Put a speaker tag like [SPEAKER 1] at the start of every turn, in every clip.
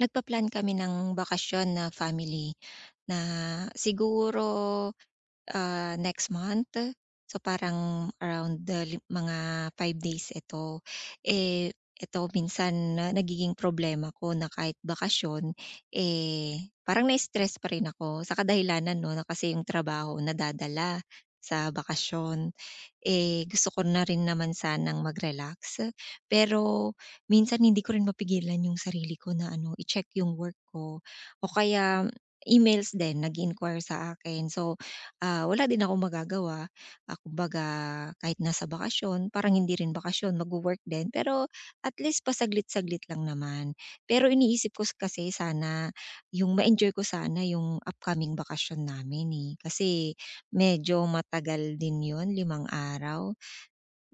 [SPEAKER 1] Nagpa-plan kami ng bakasyon na family na siguro, ah, next month. So, parang around the mga 5 days ito. Eh, ito minsan na nagiging problema ko na kahit bakasyon, eh, parang na-stress pa rin ako sa kadahilanan 'no, na kasi yung trabaho nadadala sa bakasyon, eh, gusto ko na rin naman sanang mag-relax, pero minsan hindi ko rin mapigilan yung sarili ko na ano, i-check yung work ko o kaya emails din nag inquire sa akin. So, ah, wala din ako magagawa. Ah, kumbaga kahit nasa bakasyon, parang hindi rin bakasyon, magwo-work din, pero at least pasaglit-saglit lang naman. Pero iniisip ko kasi sana yung ma-enjoy ko sana yung upcoming bakasyon namin, eh. Kasi medyo matagal din 'yun, 5 araw.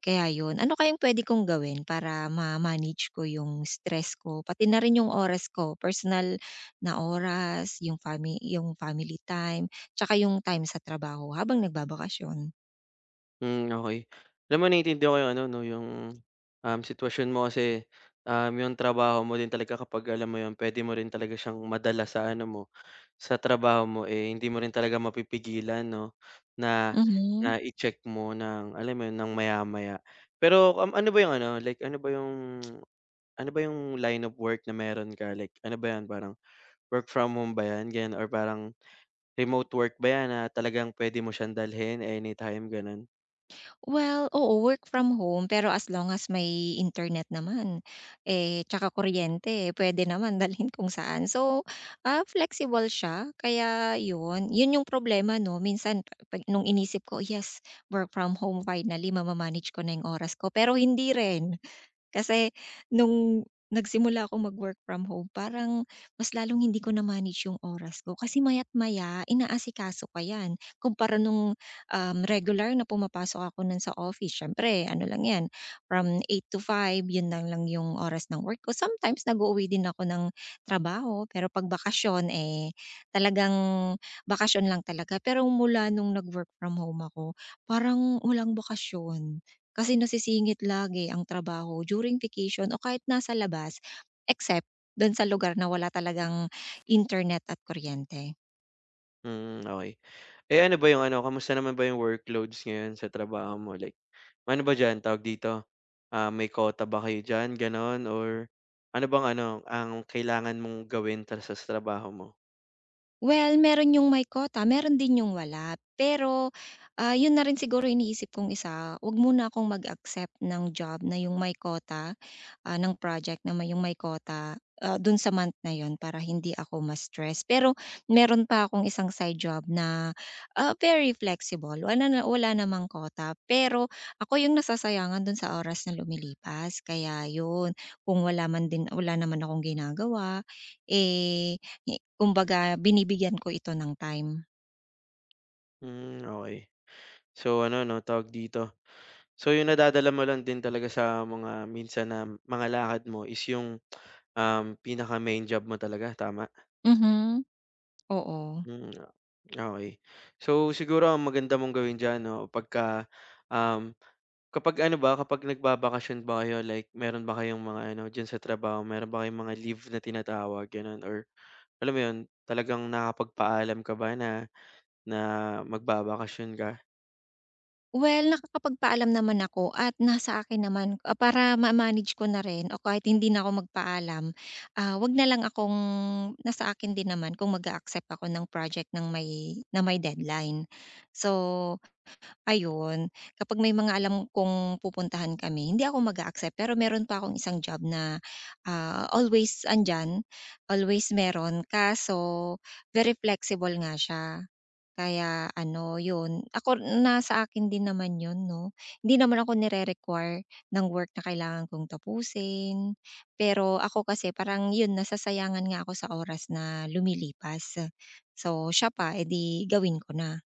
[SPEAKER 1] Kaya 'yun, ano kayang puwede kong gawin para ma-manage ko yung stress ko, pati na rin yung oras ko, personal na oras, yung yung family time, tsaka yung time sa trabaho habang nagbabakasyon?
[SPEAKER 2] Hmm, okey. Alam mo naiintindihan ko yung ano 'no, yung, sitwasyon mo kasi, yung trabaho mo din talaga kapag alam mo yun, puwede mo rin talaga siyang madala sa ano mo, sa trabaho mo, eh, hindi mo rin talaga mapipigilan 'no, na
[SPEAKER 1] Mhm.
[SPEAKER 2] na i-check mo ng alam mo yun, ng maya-maya. Pero, ano ba yung ano, like ano ba yung line of work na meron ka? Like ano ba yan, parang work from home ba yan, ganyan or parang remote work ba yan na talagang puwede mo siyang dalhin anytime, gano'n?
[SPEAKER 1] Well, oo, work from home pero as long as may internet naman, eh, tsaka kuryente puwede naman dalhin kung saan. So, ah, flexible siya kaya yun, yun yung problema 'no minsan pa pag nung inisip ko, "Yes, work from home finally mama-manage ko na yung oras ko," pero hindi rin. Kasi nung nagsimula ako mag-work from home parang mas lalong hindi ko na-manage yung oras ko kasi maya't-maya inaasikaso ko 'yan. Kumpara nung, regular na pumapasok ako nun sa office siyempre ano lang 'yan, from 8 to 5 yun lang lang yung oras ng work ko. Sometimes nag-uuwi din ako ng trabaho pero 'pag bakasyon, eh, talagang bakasyon lang talaga. Pero mula nung nag-work from home ako, parang walang bakasyon. Kasi nasisingit lagi ang trabaho during vacation o kahit nasa labas, except do'n sa lugar na wala talagang internet at kuryente.
[SPEAKER 2] Mm, okey. Eh, ano ba yung ano, kamusta naman ba yung workloads ngayon sa trabaho mo? Like, ano ba diyan, tawag dito, may quota ba kayo diyan, gano'n? Or ano bang ano, ang kailangan mong gawin para sa trabaho mo?
[SPEAKER 1] Well, meron yung may quota, meron din yung wala. Pero, ah, yun na rin siguro iniisip kong isa, wag muna akong mag-accept ng job na yung may quota, ah, ng project na yung may quota, ah, dun sa month na yun para hindi ako ma-stress. Pero meron pa akong isang side job na, ah, very flexible, wala namang quota. Pero ako yung nasasayangan dun sa oras na lumilipas. Kaya yun, kung wala man din wala naman akong ginagawa, eh, kumbaga binibigyan ko ito ng time.
[SPEAKER 2] Hmm, okay. So ano 'no, tawag dito, so yung nadadala mo lang din talaga sa mga minsan na mga lakad mo is yung, pinaka-main job mo talaga, tama?
[SPEAKER 1] Mhm. Oo.
[SPEAKER 2] Hmm, okay. So siguro ang maganda mong gawin diyan 'no, pagka, um kapag ano ba, kapag nagbabakasyon ba kayo, like meron ba kayong mga ano, diyan sa trabaho, meron ba kayong mga leave na tinatawag, gano'n? Or alam mo 'yun, talagang nakakapagpaalam ka ba na na magbabakasyon ka?
[SPEAKER 1] Well, nakakapagpaalam naman ako at nasa akin naman, ah, para ma-manage ko na rin o kahit hindi na ako magpaalam, ah, 'wag na lang akong nasa akin din naman kung mag-a-accept ako ng project ng may na may deadline. So ayun, kapag may mga alam kong pupuntahan kami, hindi ako mag-a-accept. Pero meron pa akong isang job na, ah, always andiyan, always meron. Kaso very flexible nga siya, kaya ano yun, ako nasa akin din naman yun 'no. Hindi naman ako nire-require ng work na kailangan kong tapusin. Pero ako kasi parang yun, nasasayangan nga ako sa oras na lumilipas. So siya pa, edi gawin ko na.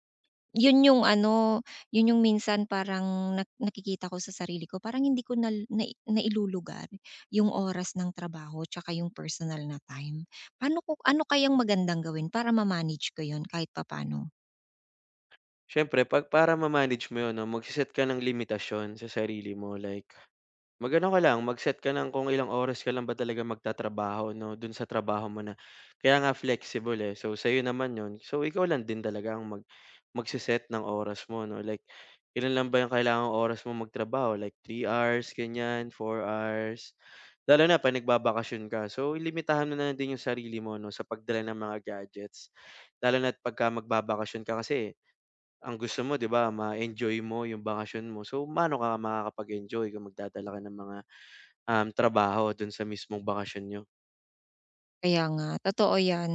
[SPEAKER 1] Yun yung ano, yun yung minsan parang nakikita ko sa sarili ko parang hindi ko na nailulugar yung oras ng trabaho tsaka yung personal na time. Paano ko ano kayang magandang gawin para ma-manage ko yun kahit papaano?
[SPEAKER 2] Siyempre 'pag para ma-manage mo 'yun 'no, magse ka ng limitasyon sa sarili mo, like mag-ano ka lang, mag-set ka ng kung ilang oras ka lang ba talaga magtatrabaho 'no, dun sa trabaho mo na. Kaya nga flexible, eh. So, sa'yo naman yun. So, ikaw lang din talaga ang magse ng oras mo 'no, like ilan lang ba yung kailangang oras mo magtrabaho, like 3 hours, ganyan, 4 hours? Lalo na 'pag nagbabakasyon ka. So, ilimitahan mo na din yung sarili mo 'no, sa pagdala ng mga gadgets. Lalo na't pagka magbabakasyon ka kasi ang gusto mo 'di ba ma-enjoy mo yung bakasyon mo. So, paano ka makakapag-enjoy kung magdadala ka ng mga trabaho dun sa mismong bakasyon niyo?
[SPEAKER 1] Kaya nga, totoo 'yan.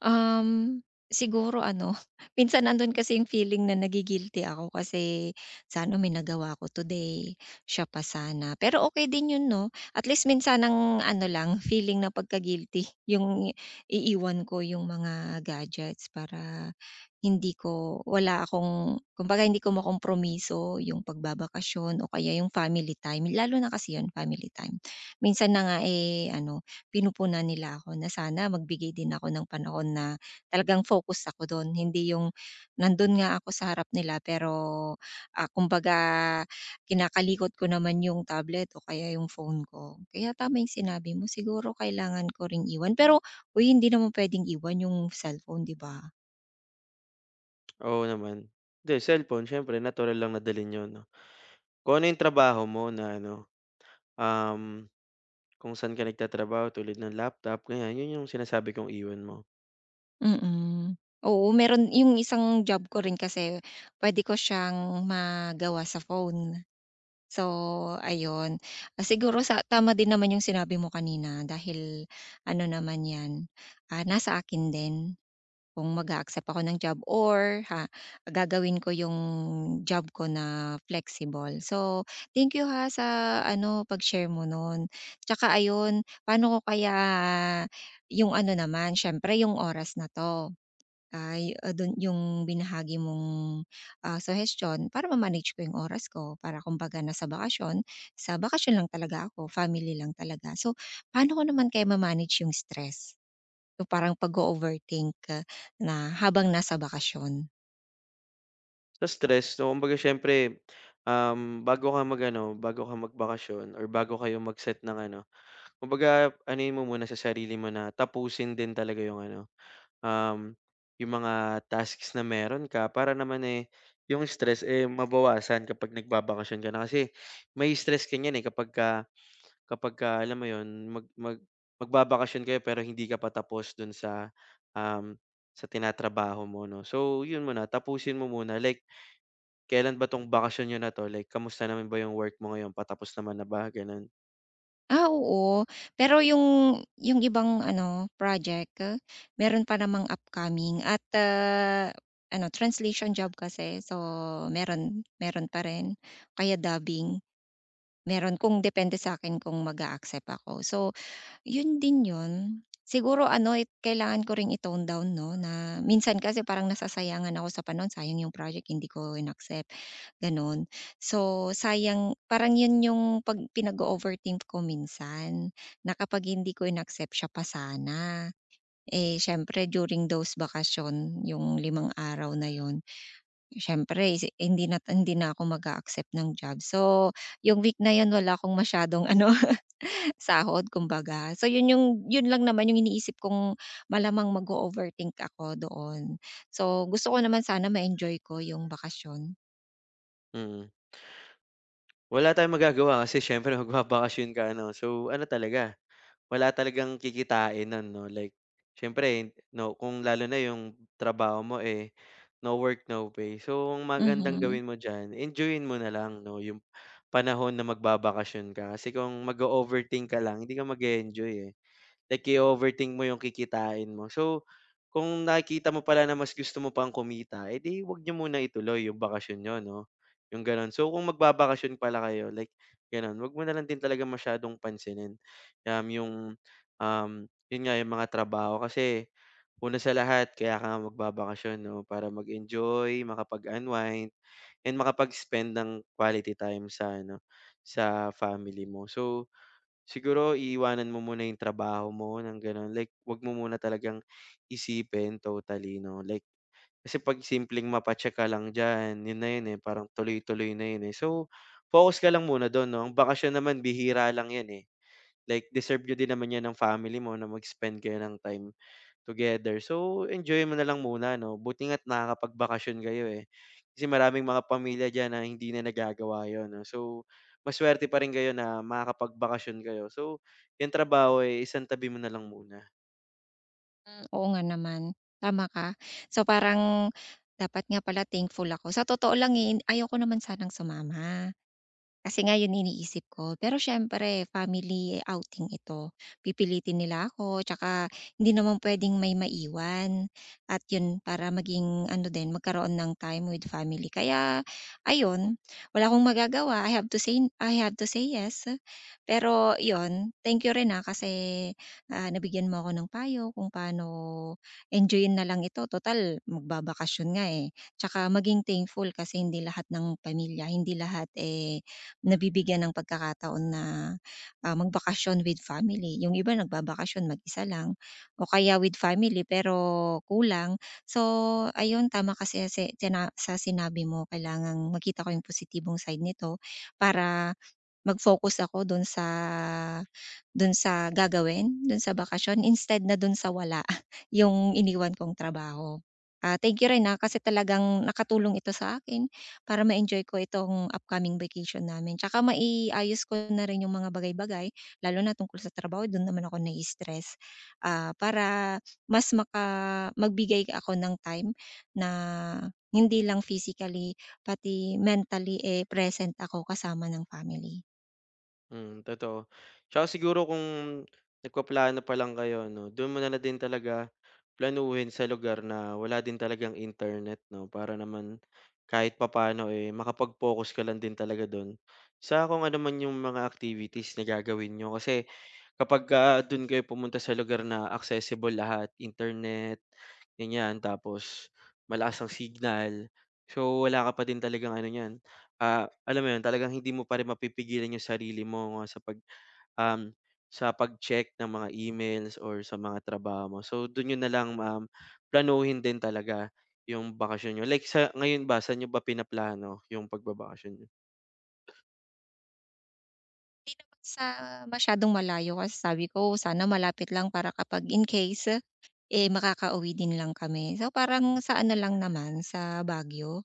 [SPEAKER 1] Um, Siguro ano, minsan nando'n kasi yung feeling na ako kasi, "Sana may nagawa ako today, siya pa sana." Pero okay din 'yun 'no, at least minsan ang ano lang, feeling na pagka-guilty yung iiwan ko yung mga gadgets para hindi ko wala akong kumbaga hindi ko makompromiso yung pagbabakasyon o kaya yung family time, lalo na kasi 'yun family time. Minsan na nga, eh, ano pinupunan nila ako na sana magbigay din ako ng panahon na talagang focus ako dun. Hindi yung nandun nga ako sa harap nila pero, ah, kumbaga kinakalikot ko naman yung tablet o kaya yung phone ko. Kaya tama yung sinabi mo, siguro kailangan ko ring iwan. Pero uy, hindi naman puwedeng iwan yung cellphone, 'di ba?
[SPEAKER 2] Oo naman. 'Di cellphone siyempre natural lang na dalhin yun 'no. Kung ano yung trabaho mo na ano, um, kung saan ka nagtatrabaho tulad ng laptop ganyan, yun yung sinasabi kong iwan mo.
[SPEAKER 1] Mm. Mm. Oo, meron yung isang job ko rin kasi puwede ko siyang magawa sa phone. So, ayun. Ah, siguro sa tama din naman yung sinabi mo kanina dahil ano naman 'yan, ah, nasa akin din kung mag-a-accept ako ng job or ha, gagawin ko yung job ko na flexible. So, thank you ha sa ano, pag-share mo nun. Tsaka ayun, paano ko kaya yung ano naman, siyempre yung oras na 'to. Ay, ah, dun yung binahagi mong, ah, suhestiyon para ma-manage ko yung oras ko, para kumbaga na sa bakasyon lang talaga ako, family lang talaga. So, paano ko naman kaya ma-manage yung stress? Yung parang pag overthink overthink na habang nasa bakasyon?
[SPEAKER 2] Sa stress, so kumbaga siyempre, bago ka mag-ano, bago ka magbakasyon or bago kayo mag-set ng ano, kumbaga anuhin mo muna sa sarili mo na tapusin din talaga yung ano, um, yung mga tasks na meron ka para naman, eh, yung stress, eh, mabawasan kapag nagbabakasyon ka na. Kasi may stress ka niyan, eh, kapag ka, alam mo yon mag mag magbabakasyon kayo pero hindi ka pa tapos dun sa, um, sa tinatrabaho mo 'no. So yun muna, tapusin mo muna like kailan ba 'tong bakasyon niyo na 'to? Like kamusta naman ba yung work mo ngayon, patapos naman na ba, gano'n?
[SPEAKER 1] Ah, oo. Pero yung ibang ano, project, ah, meron pa namang upcoming at, ah, ano translation job kasi so meron meron pa rin, kaya dubbing. Meron kung depende sa akin kung mag-a-accept ako. So, yun din yun. Siguro ano, eh, kailangan ko ring i-tone down 'no, na minsan kasi parang nasasayangan ako sa panon sayang yung project hindi ko in-accept, gano'n. So, sayang parang yun yung 'pag pinag overthink ko minsan, na kapag hindi ko in-accept siya pa sana. Eh, siyempre during those bakasyon, yung 5 araw na yun. Siyempre hindi na ako mag accept ng job. So, yung week na yun wala akong masyadong ano, sahod kumbaga. So, yun yung yun lang naman yung iniisip kong malamang mag overthink ako doon. So, gusto ko naman sana ma-enjoy ko yung bakasyon.
[SPEAKER 2] Mm. Wala tayong magagawa kasi siyempre magbabakasyon ka ano, so ano talaga, wala talagang kikitain nun 'no, like siyempre no kung lalo na yung trabaho mo, eh, no work, no pay. So ang magandang
[SPEAKER 1] Mhm.
[SPEAKER 2] gawin mo diyan, enjoy mo na lang 'no, yung panahon na magbabakasyon ka kasi kung mag overthink ka lang, hindi ka mag enjoy eh. Like i-overthink mo yung kikitain mo. So, kung nakikita mo pala na mas gusto mo pang kumita, edi di 'wag niyo muna ituloy yung bakasyon niyo 'no, yung gano'n. So, kung magbabakasyon pala kayo like gano'n, 'wag mo na lang din talaga masyadong pansinin, um, yung, um, yun nga yung mga trabaho kasi una sa lahat kaya ka nga magbabakasyon 'no, para mag-enjoy, makapag-unwind, and makapag-spend ng quality time sa ano, sa family mo. So siguro iiwanan mo muna yung trabaho mo ng gano'n, like 'wag mo muna talagang isipin totally 'no, like kasi 'pag simpleng mapa ka lang diyan, yun na yun, eh, parang tuloy-tuloy na yun, eh. So, focus ka lang muna dun 'no, ang bakasyon naman bihira lang yan, eh, like deserve niyo din naman yan ng family mo na mag-spend kayo ng time together. So, enjoy mo na lang muna 'no, buti nga't nakakapagbakasyon kayo, eh. Kasi maraming mga pamilya diyan na hindi na nagagawa 'yun 'no. So, masuwerte pa rin kayo na makakapagbakasyon kayo. So, 'yung trabaho, eh, isantabi mo na lang muna.
[SPEAKER 1] Hmm, oo nga naman, tama ka. So, parang dapat nga pala thankful ako. Sa totoo lang, eh, ayoko naman sanang sumama. Kasi nga yun iniisip ko. Pero siyempre family outing ito, pipilitin nila ako tsaka hindi naman puwedeng may maiwan at yun para maging ano din, magkaroon ng time with family. Kaya ayun, wala akong magagawa, I have to say yes. Pero yun, thank you rin, ah, kasi, ah, nabigyan mo ako ng payo kung paano enjoyin na lang ito, total magbabakasyon nga, eh. Tsaka maging thankful kasi hindi lahat ng pamilya, hindi lahat, eh, nabibigyan ng pagkakataon na, ah, magbakasyon with family. Yung iba nagbabakasyon mag-isa lang o kaya with family pero kulang. So ayun, tama kasi sa si sina sa sinabi mo kailangang makita ko yung positibong side nito para mag-focus ako dun sa gagawin, dun sa bakasyon instead na dun sa wala, yung iniwan kong trabaho. Ah, thank you rin, na kasi talagang nakatulong ito sa akin para ma-enjoy ko itong upcoming vacation namin tsaka maiayos ko na rin yung mga bagay-bagay lalo na tungkol sa trabaho dun naman ako nai-stress. Ah, para mas magbigay ako ng time na hindi lang physically pati mentally, eh, present ako kasama ng family.
[SPEAKER 2] Mm, totoo. Tsaka siguro kung nagpaplano pa lang kayo 'no, do'n mo na lang din talaga planuhin sa lugar na wala din talagang internet 'no, para naman kahit papaano, eh, makapag-focus ka lang din talaga do'n sa kung ano man yung mga activities na gagawin niyo. Kasi kapagka dun kayo pumunta sa lugar na accessible lahat, internet, ganyan, tapos malakas ang signal. So, wala ka pa din talagang ano niyan, alam mo yun, talagang hindi mo pa rin mapipigilan yung sarili mo ah, um, sa pag-check ng mga emails or sa mga trabaho mo. So, dun yun na lang, planuhin din talaga yung bakasyon niyo. Like sa ngayon ba, saan niyo ba pinaplano yung pagbabakasyon niyo?
[SPEAKER 1] Hindi naman sa masyadong malayo kasi sabi ko sana malapit lang para kapag in case, eh, makakauwi din lang kami. So, parang sa ano lang naman, sa Baguio.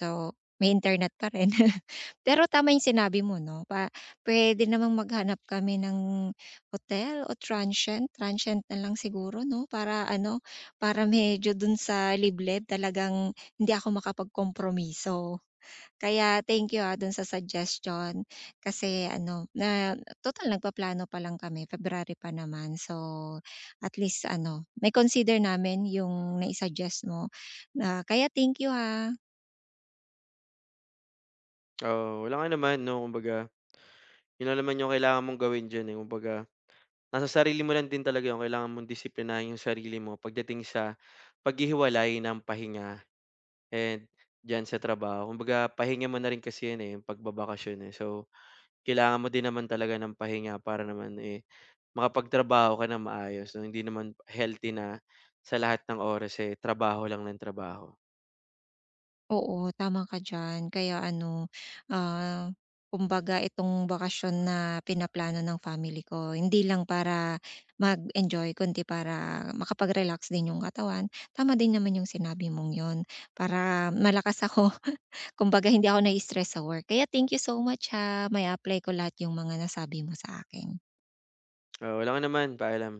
[SPEAKER 1] So, may internet pa rin. Pero tama yung sinabi mo 'no, puwede namang maghanap kami ng hotel o transient, transient na lang siguro 'no, para ano, para medyo dun sa liblib talagang hindi ako makapagkompromiso. Kaya thank you, ah, dun sa suggestion. Kasi ano, na total nagpaplano pa lang kami, February pa naman. So, at least ano, may consider namin yung nai-suggest mo. Na kaya thank you, ha.
[SPEAKER 2] Oo, wala nga naman 'no, kumbaga yun lang naman yung kailangan mong gawin diyan, eh, kumbaga nasa sarili mo lang din talaga 'yun, kailangan mong disiplinahin 'yung sarili mo pagdating sa paghihiwalay ng pahinga and diyan sa trabaho. Kumbaga pahinga mo na rin kasi 'yun, eh, 'yung pagbabakasyon, eh. So, kailangan mo din naman talaga ng pahinga para naman, eh, makapagtrabaho ka ng maayos. So, hindi naman healthy na sa lahat ng oras, eh, trabaho lang ng trabaho.
[SPEAKER 1] Oo, tama ka diyan. Kaya ano, ah, kumbaga itong bakasyon na pinaplano ng family ko, hindi lang para mag-enjoy kundi para makapag-relax din yung katawan. Tama din naman yung sinabi mong yon para malakas ako. Kumbaga hindi ako na-stress sa work. Kaya thank you so much ha, may apply ko lahat yung mga nasabi mo sa akin.
[SPEAKER 2] Oo, walang anuman, paalam.